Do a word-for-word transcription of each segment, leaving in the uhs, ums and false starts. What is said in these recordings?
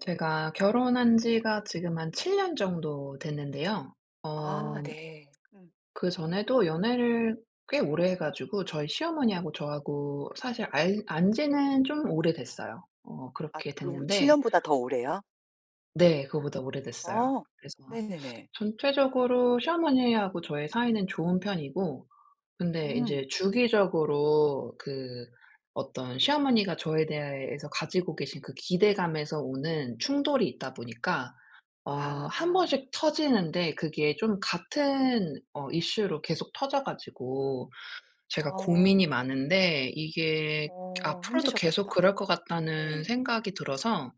제가 결혼한 네. 지가 지금 한 칠 년 정도 됐는데요. 아 어 네. 음. 그전에도 연애를 꽤 오래 해 가지고 저희 시어머니하고 저하고 사실 알 안 지는 좀 오래됐어요. 어 아 그렇게 그 칠 년 됐는데 년보다 더 오래요? 네, 그거보다 오래됐어요. 어. 그래서 네네네. 전체적으로 시어머니하고 저의 사이는 좋은 편이고, 근데 이제 음. 주기적으로 그 어떤 시어머니가 저에 대해서 가지고 계신 그 기대감에서 오는 충돌이 있다 보니까 어 아. 한 번씩 터지는데, 그게 좀 같은 어 이슈로 계속 터져 가지고 제가 고민이 어. 많은데, 이게 어 앞으로도 계속 힘드셨겠다. 그럴 것 같다는 네. 생각이 들어서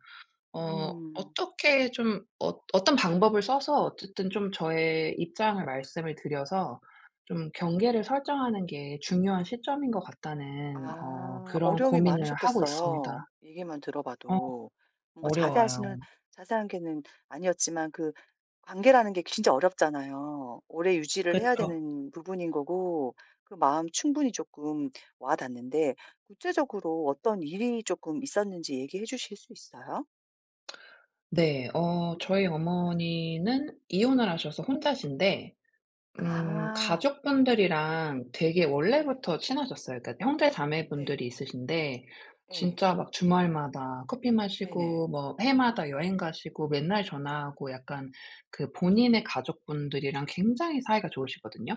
어 음. 어떻게 좀 어 어떤 방법을 써서 어쨌든 좀 저의 입장을 말씀을 드려서 좀 경계를 설정하는 게 중요한 시점인 것 같다는 어 아 그런 어려움이 고민을 하고 있습니다. 많으셨겠어요. 얘기만 어, 들어봐도. 뭔가 자세하시는 어려워요. 자세한 게는 아니었지만 그 관계라는 게 진짜 어렵잖아요. 오래 유지를 해야 그쵸. 되는 부분인 거고 그 마음 충분히 조금 와 닿는데 구체적으로 어떤 일이 조금 있었는지 얘기해 주실 수 있어요? 네. 어 저희 네. 어머니는 이혼을 하셔서 혼자신데 음, 아. 가족분들이랑 되게 음. 원래부터 친하셨어요. 그러니까 형제 네. 자매분들이 있으신데 네, 진짜 막 주말마다 커피 마시고 네네. 뭐 해마다 여행 가시고 맨날 전화하고, 약간 그 본인의 가족분들이랑 굉장히 사이가 좋으시거든요.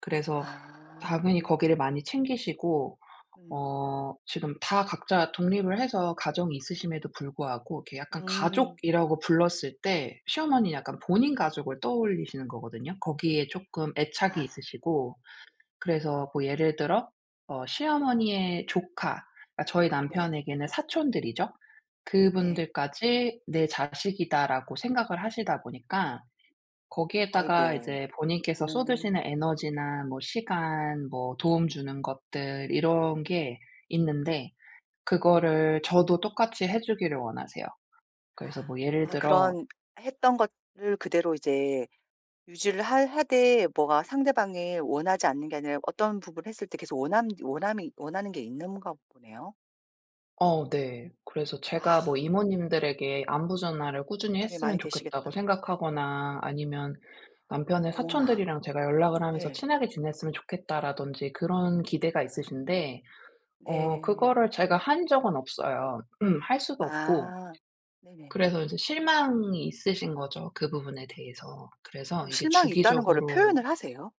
그래서 아. 당연히 거기를 많이 챙기시고, 음. 어 지금 다 각자 독립을 해서 가정이 있으심에도 불구하고 이렇게 약간 음. 가족이라고 불렀을 때 시어머니는 약간 본인 가족을 떠올리시는 거거든요. 거기에 조금 애착이 아. 있으시고. 그래서 뭐 예를 들어 어 시어머니의 조카, 그러니까 저희 네. 남편에게는 사촌들이죠. 네. 그분들까지 '내 자식이다.'라고 생각을 하시다 보니까 거기에다가 아이고. 이제 본인께서 쏟으시는 음. 에너지나 뭐 시간 뭐 도움 주는 것들, 이런 게 있는데 음. 그거를 저도 똑같이 해 주기를 원하세요. 그래서 뭐 예를 아 들어 그런 했던 것을 그대로 이제 유지를 하 하되 뭐가 상대방이 원하지 않는 게 아니라 어떤 부분을 했을 때 계속 원함 원함이 원하는 게 있는가 보네요. 어, 네. 그래서 아 제가 뭐 이모님들에게 안부 전화를 꾸준히 부담이 많이 했으면 좋겠다고 되시겠다. 생각하거나, 아니면 남편의 어머나. 사촌들이랑 제가 연락을 하면서 네. 친하게 지냈으면 좋겠다라든지 그런 기대가 있으신데 어 네. 그거를 제가 한 적은 없어요. 음, 할 수도 없고. 아. 네네네. 그래서 이제 실망이 있으신 거죠, 그 부분에 대해서. 그래서 그럼 이게 실망이 있다는 거를 주기적으로 표현을 하세요?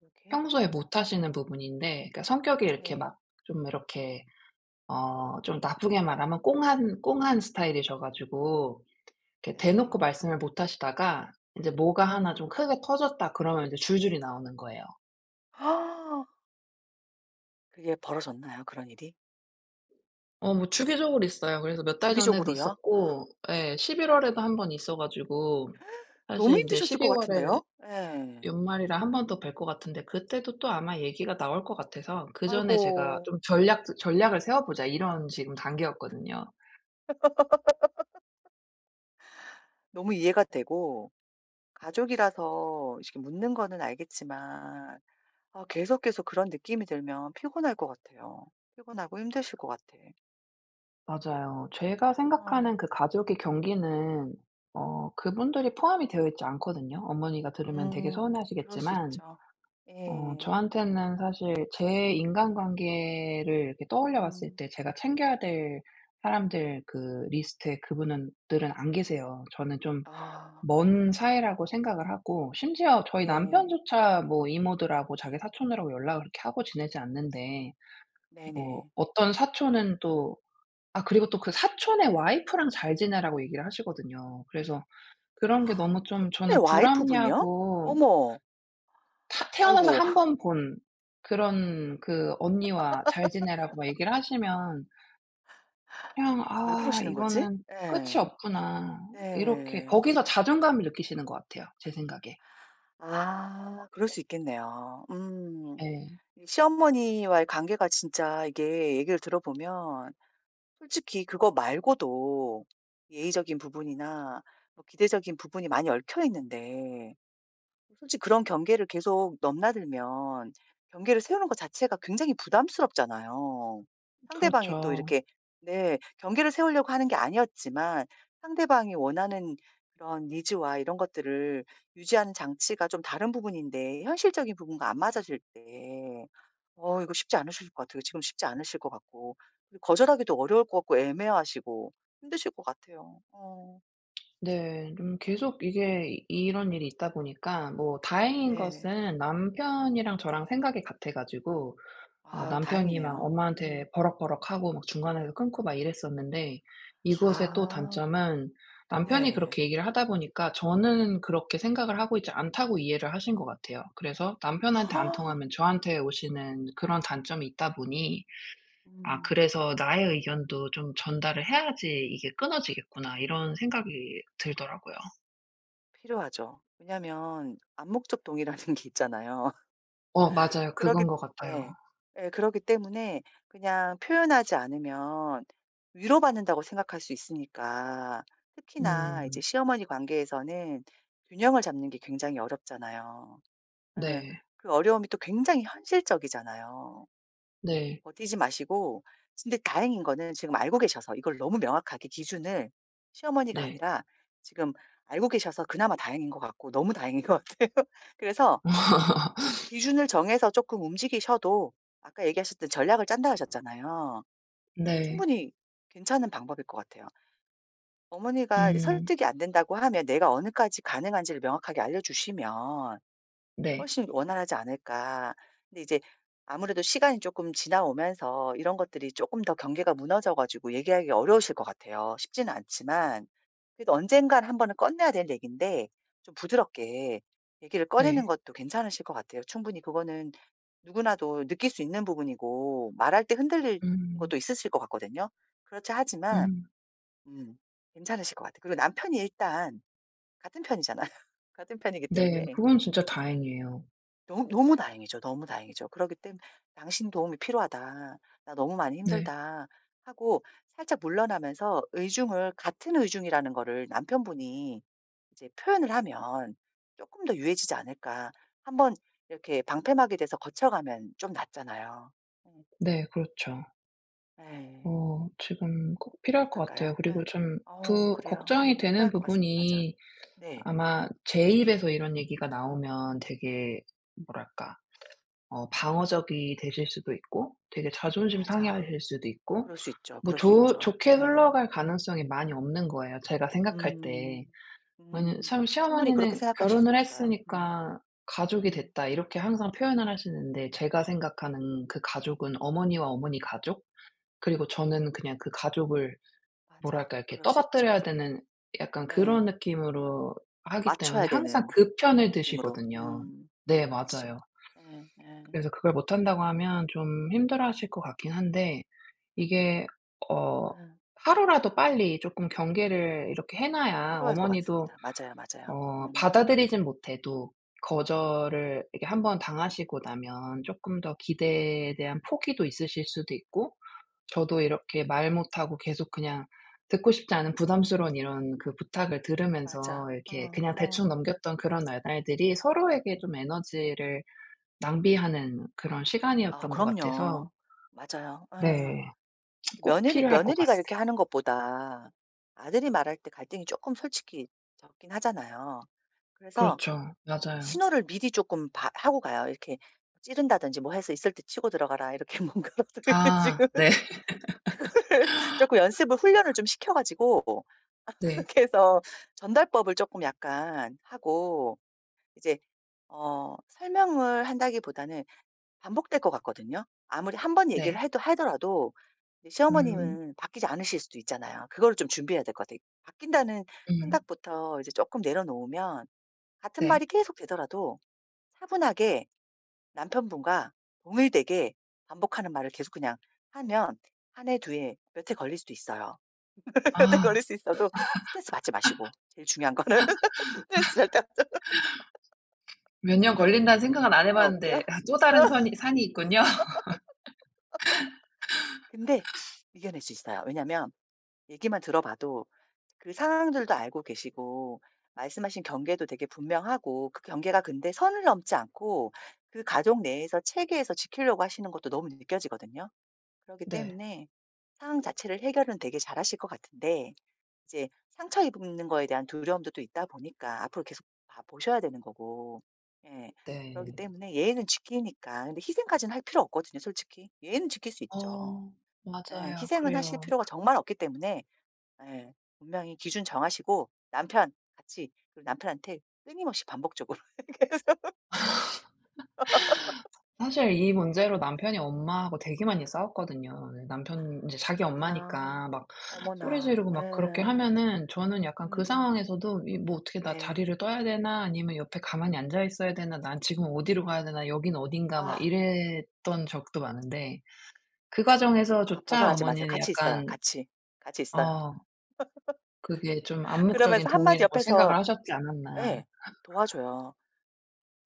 이렇게? 평소에 못 하시는 부분인데, 그러니까 성격이 이렇게 네. 막 좀 이렇게 어 좀 나쁘게 말하면 꽁한 꽁한 스타일이셔 가지고 이렇게 대놓고 네. 말씀을 못 하시다가 인제 "뭐가 하나 음. 좀 크게 터졌다." 그러면 이제 줄줄이 나오는 거예요. 아, 그게 벌어졌나요? 그런 일이? 어, 뭐 주기적으로 있어요. 그래서 몇 달 전에도 주기적으로요? 있었고 예 십일 월에도 한 번 있어 가지고, 사실 너무 인제 힘드셨을 것 십이 월에 같은데요? 예. 연말이라 한 번 더 뵐 것 같은데, 그때도 또 아마 얘기가 나올 것 같아서 그전에 제가 아이고. 좀 '전략 전략을 세워 보자.' 이런 지금 단계였거든요. 너무 이해가 되고 가족이라서 이렇게 묻는 거는 알겠지만 아 계속, 계속 그런 느낌이 들면 피곤할 것 같아요. 피곤하고 힘드실 것 같아. 맞아요. 제가 어. 생각하는 그 가족의 경기는 어 그분들이 포함이 되어 있지 않거든요. 어머니가 들으면 되게 음. 그럴 수 서운해하시겠지만 있죠. 어 예. 저한테는 사실 제 인간관계를 이렇게 떠올려 봤을 음. 때 제가 챙겨야 될 사람들, 그 리스트에 그분은 들은 안 계세요. 저는 좀 아. 먼 사이라고 생각을 하고, 심지어 저희 네. 남편조차 뭐 이모들하고 자기 사촌들하고 연락을 그렇게 하고 지내지 않는데, 뭐 네네. 어떤 사촌은 또 아, 그리고 또 그 사촌의 와이프랑 잘 지내라고 얘기를 하시거든요. 그래서 그런 게 너무 좀 사촌의 저는 와이프분이요? 불합리하고, 어머. 타 태어나서 아이고 한 번 본 그런 그 언니와 잘 지내라고 막 얘기를 하시면 그냥 왜 '아 그러시는 거지? 이거는 끝이 예. 없구나.' 이렇게 네. 거기서 자존감을 느끼시는 것 같아요, 제 생각에. 아 그럴 수 있겠네요. 음. 예. 이 시어머니와의 관계가 진짜 이게 얘기를 들어보면 솔직히 그거 말고도 예의적인 부분이나 뭐 기대적인 부분이 많이 얽혀 있는데 솔직히 그런 경계를 계속 넘나들면 경계를 세우는 것 자체가 굉장히 부담스럽잖아요. 상대방이 또 그렇죠. 이렇게 네. 경계를 세우려고 하는 게 아니었지만 상대방이 원하는 그런 니즈와 이런 것들을 유지하는 장치가 좀 다른 부분인데 현실적인 부분과 안 맞아질 때 어 이거 쉽지 않으실 것 같아요. 지금 쉽지 않으실 것 같고 거절하기도 어려울 것 같고 애매하시고 힘드실 것 같아요. 어 네. 좀 계속 이게 이- 이런 일이 있다 보니까, 뭐 다행인 네. 것은 남편이랑 저랑 생각이 같아 가지고 어 아 남편이 막 다행이네요. 엄마한테 음. 버럭버럭하고 막 중간에서 끊고 막 이랬었는데, 이것의 또 아. 단점은 남편이 네. 그렇게 얘기를 하다 보니까 저는 그렇게 생각을 하고 있지 않다고 이해를 하신 것 같아요. 그래서 남편한테 안 통하면 저한테 오시는 그런 단점이 있다 보니 아, 음 그래서 '나의 의견도 좀 전달을 해야지 이게 끊어지겠구나.' 이런 생각이 들더라고요. 필요하죠. 왜냐면 하 암묵적 동의라는 게 있잖아요. 어, 맞아요. 그러기 그건 것 같아요. 예. 예 그러기 때문에 그냥 표현하지 않으면 위로받는다고 생각할 수 있으니까 특히나 이제 음. 시어머니 관계에서는 균형을 잡는 게 굉장히 어렵잖아요. 예. 네. 그 어려움이 또 굉장히 현실적이잖아요. 네. 버티지 마시고 근데 다행인 거는 지금 알고 계셔서 이걸 너무 명확하게 기준을 시어머니가 네. 아니라 지금 알고 계셔서 그나마 다행인 것 같고 너무 다행인 것 같아요. 그래서 기준을 정해서 조금 움직이셔도 아까 얘기하셨던 전략을 짠다 하셨잖아요. 네. 충분히 괜찮은 방법일 것 같아요. 어머니가 이제 음. 설득이 안 된다고 하면 내가 어느까지 가능한지를 명확하게 알려 주시면 네. 훨씬 원활하지 않을까. 근데 이제 아무래도 시간이 조금 지나오면서 이런 것들이 조금 더 경계가 무너져 가지고 얘기하기 어려우실 것 같아요. 쉽지는 않지만 그래도 언젠간 한 번은 꺼내야 될 얘긴데 좀 부드럽게 얘기를 꺼내는 네. 것도 괜찮으실 것 같아요. 충분히 그거는 누구나도 느낄 수 있는 부분이고 말할 때 흔들릴 음. 것도 있으실 것 같거든요. 그렇지 하지만 음. 음 괜찮으실 것 같아요. 그리고 남편이 일단 같은 편이잖아요. 같은 편이기 네. 때문에. 그건 진짜 다행이에요. 너무 너무 다행이죠. 너무 다행이죠. 그러기 때문에 "당신 도움이 필요하다. 나 너무 많이 네. 힘들다." 하고 살짝 물러나면서 의중을 같은 의중이라는 거를 남편분이 이제 표현을 하면 조금 더 유해지지 않을까. 한번 이렇게 방패막이 돼서 거쳐가면 좀 낫잖아요. 음 네. 그렇죠. 네. 어 지금 꼭 필요할 것 같아요. 어떨까요? 그리고 네, 좀 어 부 그래요. 걱정이 음 되는 필요할 것 같습니다. 맞아. 부분이, 네. 아마 제 입에서 이런 얘기가 나오면 되게 뭐랄까 어 방어적이 되실 수도 있고 되게 자존심 맞아. 상해하실 수도 있고, 그럴 수 있죠. 뭐 그럴 수 좋 있죠. 좋게 네. 흘러갈 가능성이 많이 없는 거예요, 제가 생각할 음. 때. 왜냐면 음음. 참 충분히 그렇게 시어머니는 생각하실 수 "결혼을 있어요. 음. 했으니까 가족이 음. 됐다." 이렇게 항상 표현을 하시는데, 제가 생각하는 그 가족은 어머니와 어머니 가족, 그리고 저는 그냥 그 가족을 맞아. 뭐랄까 이렇게 그럴 수 있지. 떠받들여야 되는 약간 예. 그런 느낌으로 하기 때문에 맞춰야 항상 되는 그 편을 느낌으로. 드시거든요. 음. 네, 그렇지. 맞아요. 예. 예. 그래서 그걸 못한다고 하면 좀 힘들어하실 것 같긴 한데, 이게 어 예. 하루라도 빨리 쪼끔 경계를 이렇게 해 놔야 필요할 것 어머니도 같습니다. 맞아요, 맞아요. 어 음. 받아들이진 못해도 음. 거절을 이렇게 한번 당하시고 나면 쪼끔 더 기대에 대한 포기도 있으실 수도 있고, 저도 이렇게 말 못하고 계속 그냥 듣고 싶지 않은 부담스러운 이런 그 부탁을 들으면서 맞아. 이렇게 어. 그냥 대충 어. 넘겼던 그런 날들이 서로에게 좀 에너지를 낭비하는 그런 아 시간이었던 것 같아서. 그럼요. 맞아요. 어, 네. 꼭 며느리 필요할 것 같아 며느리가 이렇게 요 하는 것보다 아들이 말할 때 갈등이 조금 솔직히 적긴 하잖아요. 그래서 그렇죠. 맞아요. 신호를 미리 쪼끔 봐 하고 가요. 이렇게 찌른다든지 뭐 해서 "있을 때 치고 들어가라." 이렇게 뭔가라도 이렇게 아, 지금 네. 쪼끔 연습을 훈련을 좀 시켜 가지고 네. 그렇게 해서 전달법을 쪼끔 약간 하고 이제 어 설명을 한다기보다는 반복될 것 같거든요. 아무리 한번 얘기를 네. 해도 하더라도 이제 음. 시어머님은 바뀌지 않으실 수도 있잖아요. 그거를 좀 준비해야 될 것 같아요. 바뀐다는 음. 생각부터 이제 쪼끔 내려놓으면 같은 말이 네. 계속 되더라도 차분하게 남편분과 동일되게 반복하는 말을 계속 그냥 하면 한 해 두 해 몇 해 걸릴 수도 있어요. 몇 해 아. 걸릴 수 있어도 스트레스 받지 마시고 제일 중요한 거는 스트레스 절대 안- 몇 년 걸린다는 생각은 안 해 아 웃겨. 봤는데 아, 또 다른 선이 산이 있군요. 근데 이겨낼 수 있어요. 왜냐면 얘기만 들어봐도 그 상황들도 알고 계시고 말씀하신 경계도 되게 분명하고 그 경계가 근데 선을 넘지 않고 그 가족 내에서 체계에서 지키려고 하시는 것도 너무 느껴지거든요. 그렇기 네. 때문에 상황 자체를 해결은 되게 잘하실 것 같은데 이제 상처 입는 거에 대한 두려움도 또 있다 보니까 앞으로 계속 봐 보셔야 되는 거고. 예. 그렇기 네. 때문에 예의는 지키니까 근데 희생까지는 할 필요 없거든요, 솔직히. 예의는 지킬 수 있죠. 어. 예. 맞아요. 희생은 하실 그래요. 필요가 정말 없기 때문에 예. 분명히 기준 정하시고 남편 같이 그리고 남편한테 끊임없이 반복적으로 계속 사실 이 문제로 남편이 엄마하고 되게 많이 싸웠거든요. 네, 남편 이제 자기 그랬구나. 엄마니까 막 소리 어머나. 지르고 막 그렇게 예. 하면은 저는 약간 그 음음. 상황에서도 이 뭐 '어떻게 나 네. 자리를 떠야 되나? 아니면 옆에 가만히 앉아 있어야 되나? 난 지금 어디로 가야 되나? 여긴 어딘가?' 막 아. 이랬던 적도 많은데, 그 아 과정에서조차 벗어나지 마세요. 어머니는 같이 있어요. 약간 같이. 같이 있어요. 어 그게 좀 암묵적인 그러면서 한 마디 동의라고 생각을 옆에서 하셨지 않았나. 예. 도와줘요.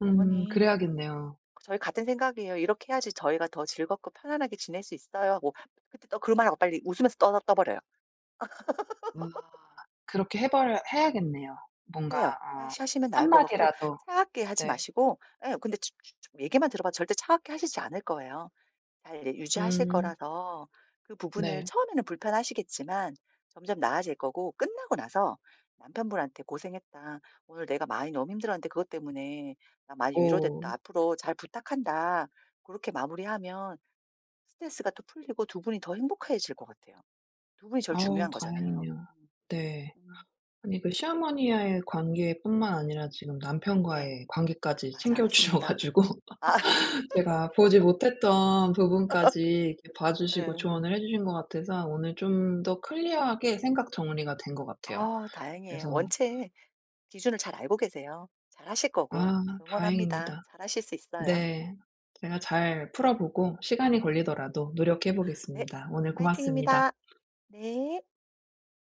음, "어머님 그래야겠네요. 저희 같은 생각이에요. 이렇게 해야지 저희가 더 즐겁고 편안하게 지낼 수 있어요." 하고 그때 또 그 말하고 빨리 웃으면서 떠 떠버려요. 아, 그렇게 해 버려 해야겠네요. 뭔가 해요. 어, 하시 하시면 나을 것 같고 한마디라도. 차갑게 하지 네. 마시고 예 근데 주 주 주 얘기만 들어봐도 절대 차갑게 하시지 않을 거예요. 잘 이제 유지하실 음. 거라서 그 부분을 네. 처음에는 불편하시겠지만 점점 나아질 거고 끝나고 나서 남편분한테 "고생했다. 오늘 내가 많이 너무 힘들었는데 그것 때문에 나 많이 오. 위로됐다. 앞으로 잘 부탁한다." 그렇게 마무리하면 스트레스가 또 풀리고 두 분이 더 행복해질 것 같아요. 두 분이 제일 아, 중요한 거잖아요. 다행이네요. 음. 네. 음. 아니 그 시어머니와의 관계뿐만 아니라 지금 네. 남편과의 관계까지 맞아. 챙겨 주셔 맞습니다. 가지고 아 제가 보지 못했던 부분까지 이렇게 봐 주시고 예. 조언을 해 주신 것 같아서 오늘 좀 더 클리어하게 생각 정리가 된 것 같아요. 아 다행이에요. 그래서 원체 기준을 잘 알고 계세요. 잘하실 거고. 아, 응원합니다. 다행입니다. 잘하실 수 있어요. 네. 제가 잘 풀어 보고 시간이 걸리더라도 노력해 네. 보겠습니다. 오늘 고맙습니다. 화이팅입니다. 네.